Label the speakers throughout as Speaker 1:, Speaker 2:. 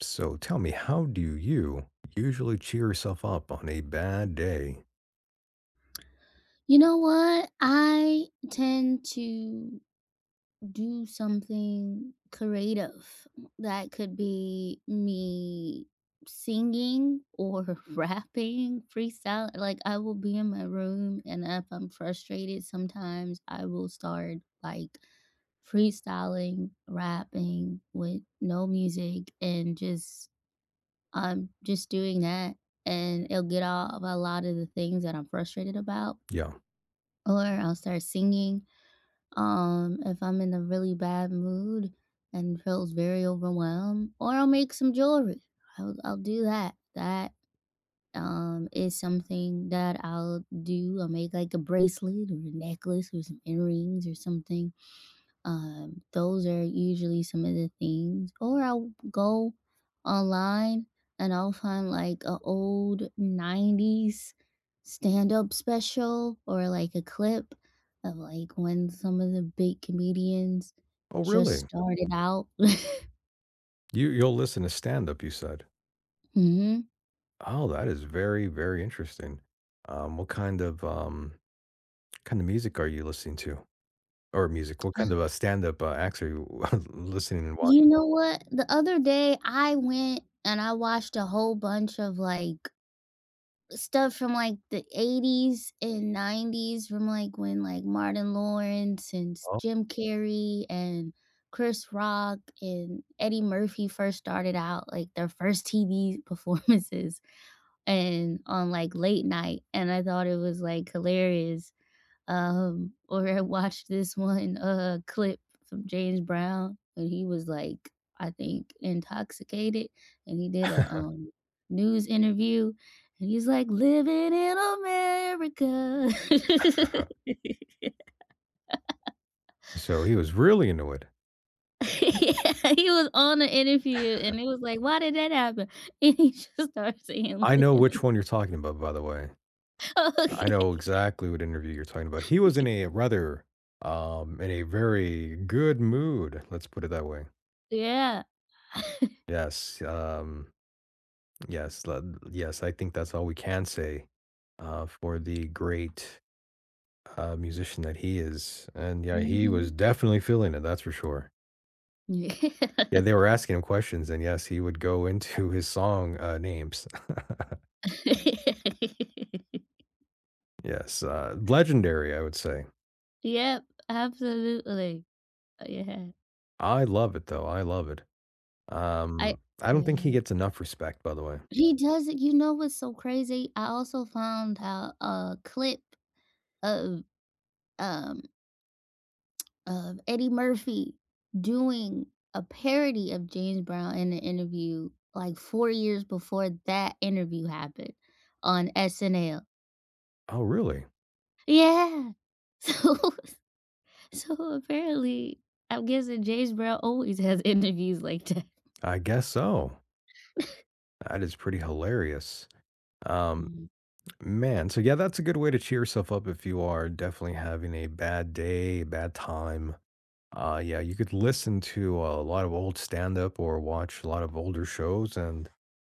Speaker 1: So tell me, how do you usually cheer yourself up on a bad day?
Speaker 2: You know what? I tend to do something creative. That could be me singing or rapping, freestyle. I will be in my room, and if I'm frustrated, sometimes I will start like freestyling, rapping with no music, and just I'm just doing that. And it'll get off a lot of the things that I'm frustrated about,
Speaker 1: Yeah.
Speaker 2: or I'll start singing. If I'm in a really bad mood and feels very overwhelmed, or I'll make some jewelry. I'll do that. That is something that I'll do. I'll make like a bracelet or a necklace or some earrings or something. Those are usually some of the things. Or I'll go online and I'll find like a old 90s stand-up special or like a clip of like when some of the big comedians
Speaker 1: Oh,
Speaker 2: just
Speaker 1: really?
Speaker 2: started out.
Speaker 1: You'll listen to stand up, you said.
Speaker 2: Mhm.
Speaker 1: Oh, that is very, very interesting. What kind of music are you listening to? Or music, what kind of a stand-up acts are you listening and watching?
Speaker 2: You know what? The other day I went and I watched a whole bunch of like stuff from like the 80s and 90s from like when like Martin Lawrence and
Speaker 1: Oh,
Speaker 2: Jim Carrey and Chris Rock and Eddie Murphy first started out, like their first TV performances and on like late night, and I thought it was like hilarious. Or I watched this one clip from James Brown and he was like, I think, intoxicated, and he did a news interview and he's like living in America. Yeah,
Speaker 1: so he was really into it.
Speaker 2: he was on the interview and it was like, why did that happen? And he just started saying
Speaker 1: I
Speaker 2: living
Speaker 1: know
Speaker 2: in.
Speaker 1: which one you're talking about, by the way. I
Speaker 2: Okay.
Speaker 1: know exactly what interview you're talking about. He was in a rather in a very good mood, let's put it that way.
Speaker 2: Yeah.
Speaker 1: Yes, yes, le yes, I think that's all we can say, for the great, musician that he is, and, yeah, he was
Speaker 2: Mhm.
Speaker 1: definitely feeling it, that's for sure.
Speaker 2: Yeah.
Speaker 1: Yeah, they were asking him questions, and, yes, he would go into his song, names. Yes, legendary, I would say.
Speaker 2: Yep, absolutely. Oh, yeah.
Speaker 1: I love it, though, I love it.
Speaker 2: I
Speaker 1: I don't think he
Speaker 2: yeah.
Speaker 1: gets enough respect, by the way.
Speaker 2: He does it. You know what's so crazy? I also found out a clip of, um, of Eddie Murphy doing a parody of James Brown in an interview, like, 4 years before that interview happened on SNL.
Speaker 1: Oh, really?
Speaker 2: Yeah. So so apparently, I'm guessing James Brown always has interviews like that.
Speaker 1: I guess so. That is pretty hilarious. Um
Speaker 2: Mm,
Speaker 1: Man, so yeah, that's a good way to cheer yourself up if you are definitely having a bad day, bad time. Yeah, you could listen to a lot of old stand up or watch a lot of older shows, and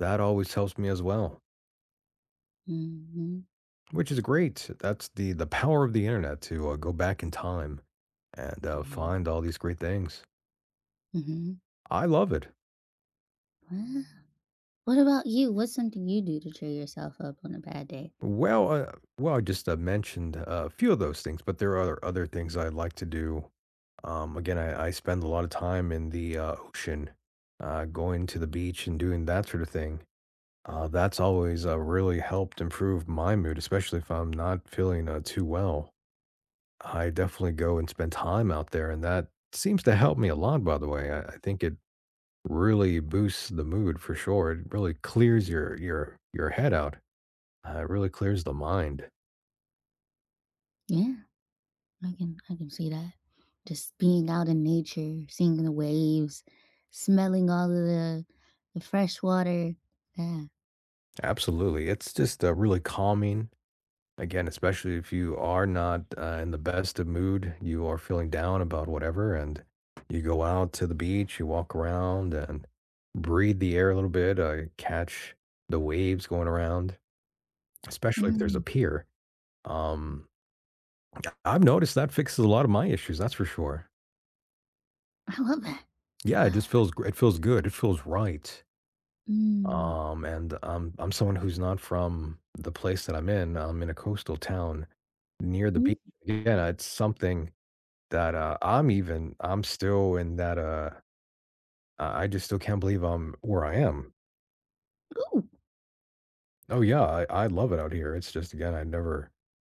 Speaker 1: that always helps me as well,
Speaker 2: mhm.
Speaker 1: which is great. That's the power of the internet to go back in time and
Speaker 2: Yeah.
Speaker 1: find all these great things.
Speaker 2: Mhm.
Speaker 1: I love it.
Speaker 2: Wow. What about you? What's something you do to cheer yourself up on a bad day?
Speaker 1: Well, uh, well, I just mentioned a few of those things, but there are other things I'd like to do. Again, I spend a lot of time in the ocean, going to the beach and doing that sort of thing. That's always really helped improve my mood, especially if I'm not feeling too well. I definitely go and spend time out there, and that seems to help me a lot. By the way, I think it really boosts the mood for sure. It really clears your head out. It really clears the mind.
Speaker 2: Yeah, I can see that. Just being out in nature, seeing the waves, smelling all of the fresh water. Yeah.
Speaker 1: Absolutely. It's just really calming. Again, especially if you are not in the best of mood, you are feeling down about whatever, and you go out to the beach, you walk around and breathe the air a little bit, catch the waves going around, especially if there's a
Speaker 2: Mm.
Speaker 1: pier. Um, I've noticed that fixes a lot of my issues, that's for sure.
Speaker 2: I love that.
Speaker 1: Yeah, it
Speaker 2: Wow.
Speaker 1: just it feels good. It feels right.
Speaker 2: Mm.
Speaker 1: And I'm someone who's not from the place that I'm in. I'm in a coastal town near the beach.
Speaker 2: Mm.
Speaker 1: Again, it's something that I'm still in that I just still can't believe I'm where I am.
Speaker 2: Ooh.
Speaker 1: Oh yeah, I love it out here. It's just again, I never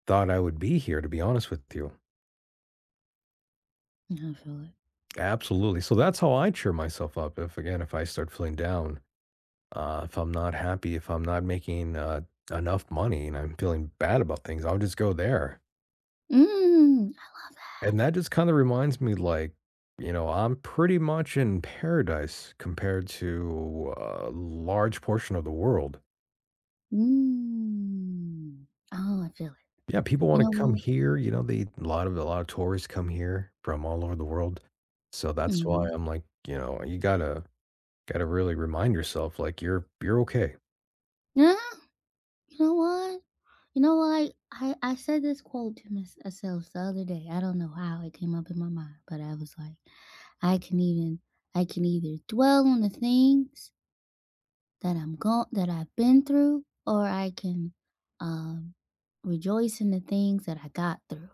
Speaker 1: thought I would be here to be honest with you.
Speaker 2: I feel it.
Speaker 1: Absolutely. So that's how I cheer myself up. If again, if I start feeling down, if I'm not happy, if I'm not making enough money and I'm feeling bad about things, I'll just go there.
Speaker 2: Mm.
Speaker 1: And that just kinda reminds me, like, you know, I'm pretty much in paradise compared to a large portion of the world.
Speaker 2: Mm. Oh, I feel it.
Speaker 1: Yeah, people
Speaker 2: You
Speaker 1: wanna
Speaker 2: know
Speaker 1: come
Speaker 2: what?
Speaker 1: here, you know, they a lot of tourists come here from all over the world. So that's why
Speaker 2: Hmm.
Speaker 1: I'm like, you know, you gotta gotta really remind yourself, like, you're okay.
Speaker 2: Yeah. You know what? You know what? I said this quote to myself the other day. I don't know how it came up in my mind, but I was like, I can even I can either dwell on the things that I've been through, or I can um rejoice in the things that I got through.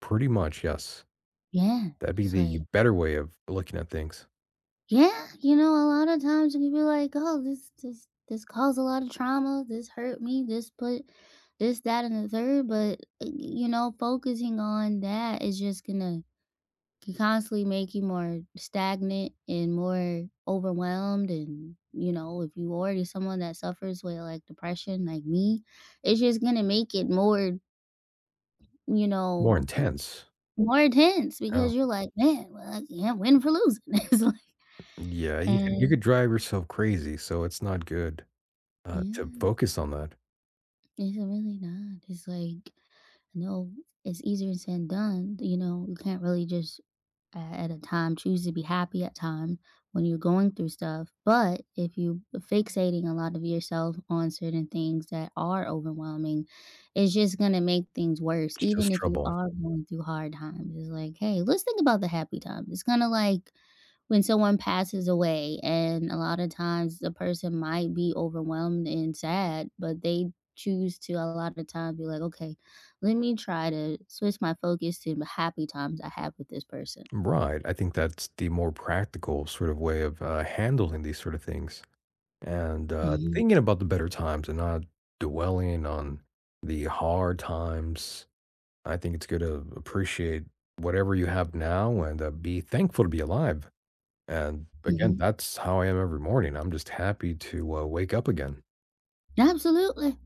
Speaker 1: Pretty much, yes.
Speaker 2: Yeah.
Speaker 1: That'd be
Speaker 2: It's
Speaker 1: the
Speaker 2: like,
Speaker 1: better way of looking at things.
Speaker 2: yeah, you know, a lot of times you can be like, oh, this caused a lot of trauma, this hurt me, this put this, that, and the third, but you know, focusing on that is just gonna can constantly make you more stagnant and more overwhelmed. And you know, if you already someone that suffers with like depression like me, it's just gonna make it more, you know,
Speaker 1: More intense.
Speaker 2: more intense,
Speaker 1: Yeah.
Speaker 2: because you're like, man, well, I can't win for losing. It's like,
Speaker 1: Yeah, you
Speaker 2: and
Speaker 1: could drive yourself crazy, so it's not good, to
Speaker 2: yeah,
Speaker 1: focus on that.
Speaker 2: it's really not. It's like, no, it's easier said than done. You know, you can't really just at a time choose to be happy at time when you're going through stuff. But if you fixating a lot of yourself on certain things that are overwhelming, it's just going to make things worse.
Speaker 1: It's just
Speaker 2: Even if you
Speaker 1: trouble.
Speaker 2: are going through hard times, it's like, hey, let's think about the happy times. It's going to like when someone passes away, and a lot of times the person might be overwhelmed and sad, but they choose to a lot of times be like, okay, let me try to switch my focus to the happy times I have with this person.
Speaker 1: Right. I think that's the more practical sort of way of, handling these sort of things and,
Speaker 2: Mhm,
Speaker 1: thinking about the better times and not dwelling on the hard times. I think it's good to appreciate whatever you have now and, be thankful to be alive, and, again,
Speaker 2: mhm.
Speaker 1: that's how I am every morning. I'm just happy to, wake up again,
Speaker 2: Absolutely.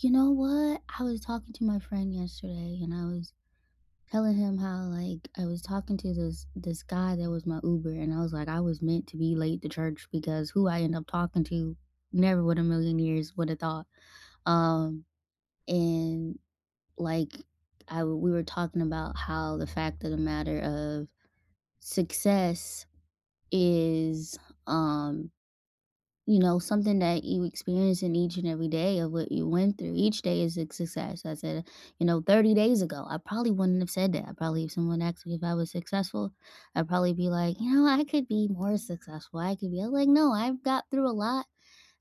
Speaker 2: You know what? I was talking to my friend yesterday and I was telling him how like I was talking to this guy that was my Uber, and I was like, I was meant to be late to church, because who I end up talking to, never would a million years would have thought. Um and like, we were talking about how the fact of the matter of success is, um you know, something that you experience in each and every day of what you went through. Each day is a success. I said, you know, 30 days ago, I probably wouldn't have said that. I probably, if someone asked me if I was successful, I'd probably be like, you know, I could be more successful. I could be I'm like, no, I've got through a lot,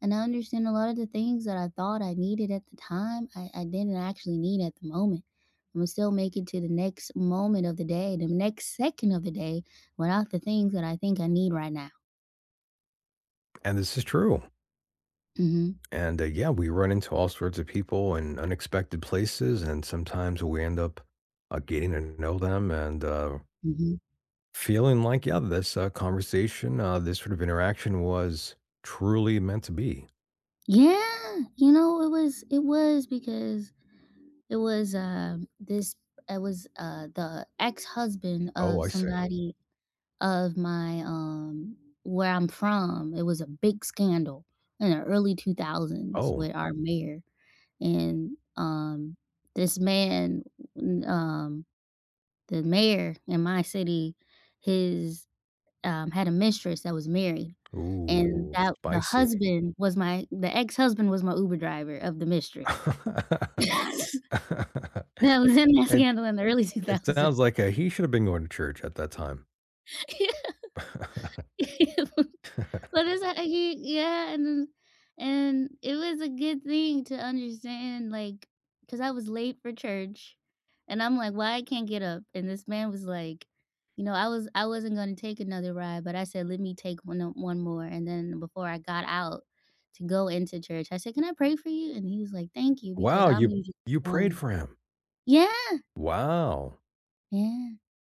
Speaker 2: and I understand a lot of the things that I thought I needed at the time, I didn't actually need at the moment. I'm gonna still make it to the next moment of the day, the next second of the day, without the things that I think I need right now.
Speaker 1: and this is true.
Speaker 2: Hmm.
Speaker 1: And, yeah, we run into all sorts of people in unexpected places, and sometimes we end up, getting to know them and,
Speaker 2: Hmm.
Speaker 1: feeling like, yeah, this, conversation, this sort of interaction was truly meant to be.
Speaker 2: Yeah, you know, it was because it was uh, this it was the ex-husband
Speaker 1: Oh,
Speaker 2: of
Speaker 1: I see.
Speaker 2: somebody of my where I'm from. It was a big scandal in the early 2000s
Speaker 1: Oh.
Speaker 2: with our mayor, and this man, n- um the mayor in my city, his had a mistress that was married, and
Speaker 1: Ooh,
Speaker 2: that the
Speaker 1: spicy.
Speaker 2: husband was my the ex-husband was my Uber driver of the mistress. That was in that
Speaker 1: It
Speaker 2: scandal in the early
Speaker 1: it
Speaker 2: 2000s.
Speaker 1: sounds like, he should have been going to church at that time.
Speaker 2: What is that? He Yeah, and then, and it was a good thing to understand, like, cause I was late for church, and I'm like, "Why I can't get up?" And this man was like, you know, I wasn't gonna take another ride, but I said, "Let me take one more," and then before I got out to go into church, I said, "Can I pray for you?" And he was like, "Thank you," because
Speaker 1: Wow,
Speaker 2: I'm usually
Speaker 1: you
Speaker 2: the
Speaker 1: prayed
Speaker 2: one.
Speaker 1: for him.
Speaker 2: Yeah,
Speaker 1: Wow.
Speaker 2: yeah.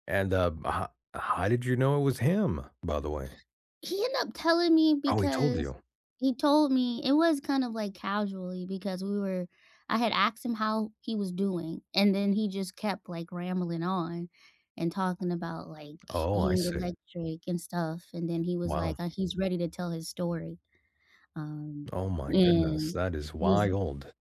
Speaker 1: And, ho how did you know it was him, by the way?
Speaker 2: He ended up telling me,
Speaker 1: Oh, he told
Speaker 2: because
Speaker 1: you?
Speaker 2: he told me. It was kind of, like, casually, because we were, I had asked him how he was doing, and then he just kept, like, rambling on and talking about, like,
Speaker 1: Oh, I
Speaker 2: being
Speaker 1: see.
Speaker 2: electric and stuff, and then he was
Speaker 1: Wow.
Speaker 2: like, he's ready to tell his story, um,
Speaker 1: Oh my goodness,
Speaker 2: and
Speaker 1: that is
Speaker 2: he was like,
Speaker 1: wild.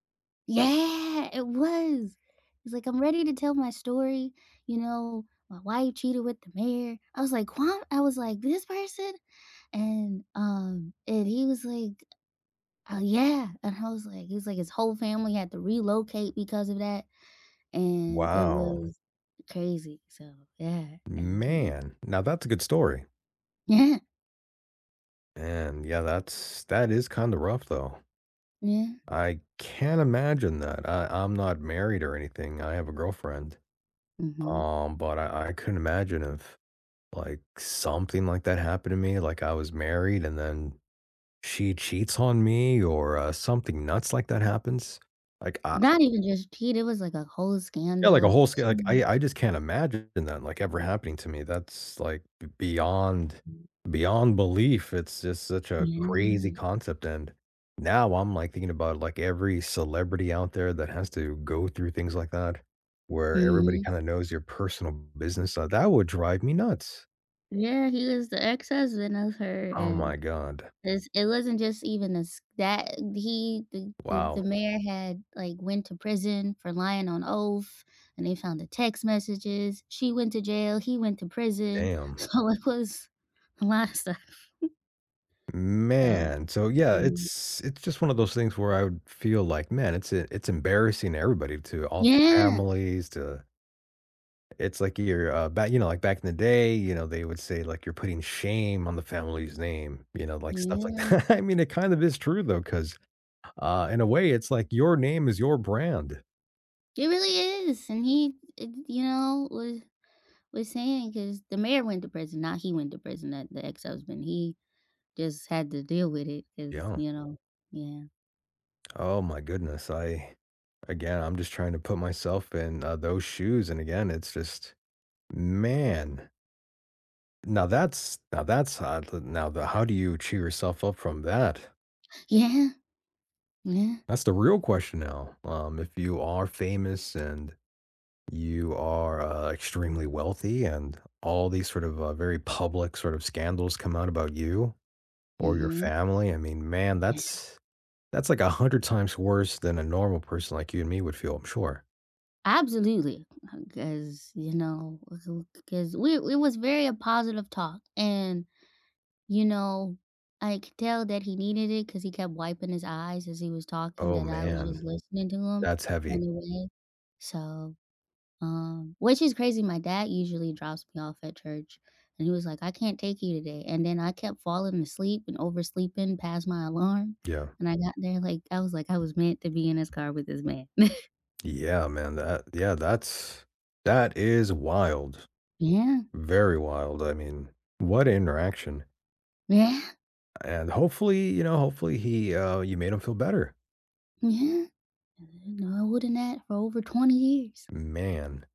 Speaker 2: yeah, it was. He's like, "I'm ready to tell my story, you know, my wife cheated with the mayor." I was like, "What?" I was like, "This person?" And he was like, "Oh, yeah," and I was like he was like, his whole family had to relocate because of that, and it
Speaker 1: Wow.
Speaker 2: was crazy, so, yeah, and
Speaker 1: Man, now that's a good story.
Speaker 2: yeah,
Speaker 1: And yeah, that's that is kinda rough, though.
Speaker 2: yeah,
Speaker 1: I can't imagine that. I'm not married or anything, I have a girlfriend,
Speaker 2: mhm.
Speaker 1: but I couldn't imagine if, like, something like that happened to me, like, I was married and then she cheats on me or, something nuts like that happens. Like, I
Speaker 2: Not even just cheat, it was like a whole
Speaker 1: Yeah, like a
Speaker 2: scandal.
Speaker 1: whole scale like,
Speaker 2: Mhm.
Speaker 1: I just can't imagine that, like, ever happening to me. That's, like, b beyond beyond belief. It's just such a crazy
Speaker 2: Yeah,
Speaker 1: concept, and now I'm, like, thinking about, like, every celebrity out there that has to go through things like that, where everybody
Speaker 2: mhm.
Speaker 1: kinda knows your personal business. That would drive me nuts.
Speaker 2: Yeah, he was the ex-husband of her.
Speaker 1: Oh my
Speaker 2: And
Speaker 1: god.
Speaker 2: 'cause it wasn't just even a s that he the the
Speaker 1: Wow.
Speaker 2: mayor had, like, went to prison for lying on oath, and they found the text messages. She went to jail, he went to prison,
Speaker 1: Damn.
Speaker 2: so it was a lot of stuff, so
Speaker 1: Man, so yeah,
Speaker 2: mm.
Speaker 1: it's just one of those things where I would feel like, man, it's embarrassing to everybody, to all the
Speaker 2: Yeah,
Speaker 1: families, to it's like you're, back you know, like, back in the day, you know, they would say, like, "You're putting shame on the family's name," you know, like, stuff like
Speaker 2: yeah.
Speaker 1: that. I mean, it kind of is true, though, 'cause, in a way, it's like your name is your brand.
Speaker 2: It really is, and he, it, you know, was saying, because the mayor went to prison, not he went to prison. That the ex-husband, he just had to deal with it, 'cause,
Speaker 1: Yeah.
Speaker 2: you know. Yeah.
Speaker 1: Oh my goodness, I again, I'm just trying to put myself in, those shoes, and again, it's just man. Now that's hard, now the how do you cheer yourself up from that?
Speaker 2: Yeah, yeah.
Speaker 1: That's the real question now. If you are famous and you are, extremely wealthy and all these sort of, very public sort of scandals come out about you or your
Speaker 2: Mhm.
Speaker 1: family, I mean, man, that's like 100 times worse than a normal person like you and me would feel, I'm sure.
Speaker 2: Absolutely, because, you know, cause we, it was very a positive talk, and, you know, I could tell that he needed it, cause he kept wiping his eyes as he was talking,
Speaker 1: Oh,
Speaker 2: that I was just
Speaker 1: man.
Speaker 2: listening to him
Speaker 1: That's
Speaker 2: on
Speaker 1: heavy.
Speaker 2: the way. So, which is crazy, my dad usually drops me off at church, and he was like, "I can't take you today," and then I kept falling asleep and oversleeping past my alarm,
Speaker 1: Yeah.
Speaker 2: and I got there like, I was meant to be in this car with this man.
Speaker 1: Yeah, man. That yeah, that is wild.
Speaker 2: Yeah,
Speaker 1: Very wild. I mean, what interaction.
Speaker 2: yeah,
Speaker 1: And hopefully, you know, hopefully he you made him feel better.
Speaker 2: yeah. No, I wouldn't at for over 20 years.
Speaker 1: Man.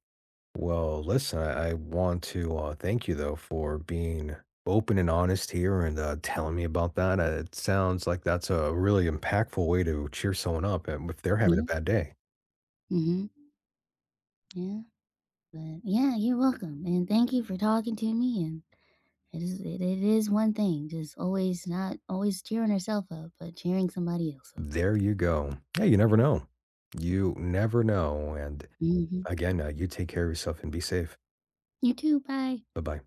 Speaker 1: Well, listen, I want to thank you though for being open and honest here and telling me about that. It sounds like that's a really impactful way to cheer someone up and if they're having a
Speaker 2: Yeah,
Speaker 1: bad day.
Speaker 2: mhm, yeah, but yeah, you're welcome, and thank you for talking to me, and it is one thing, just always not always cheering herself up, but cheering somebody else up.
Speaker 1: There you go. Yeah, you never know. You never know. And
Speaker 2: Mhm.
Speaker 1: again, you take care of yourself and be safe.
Speaker 2: You too, bye.
Speaker 1: Bye-bye.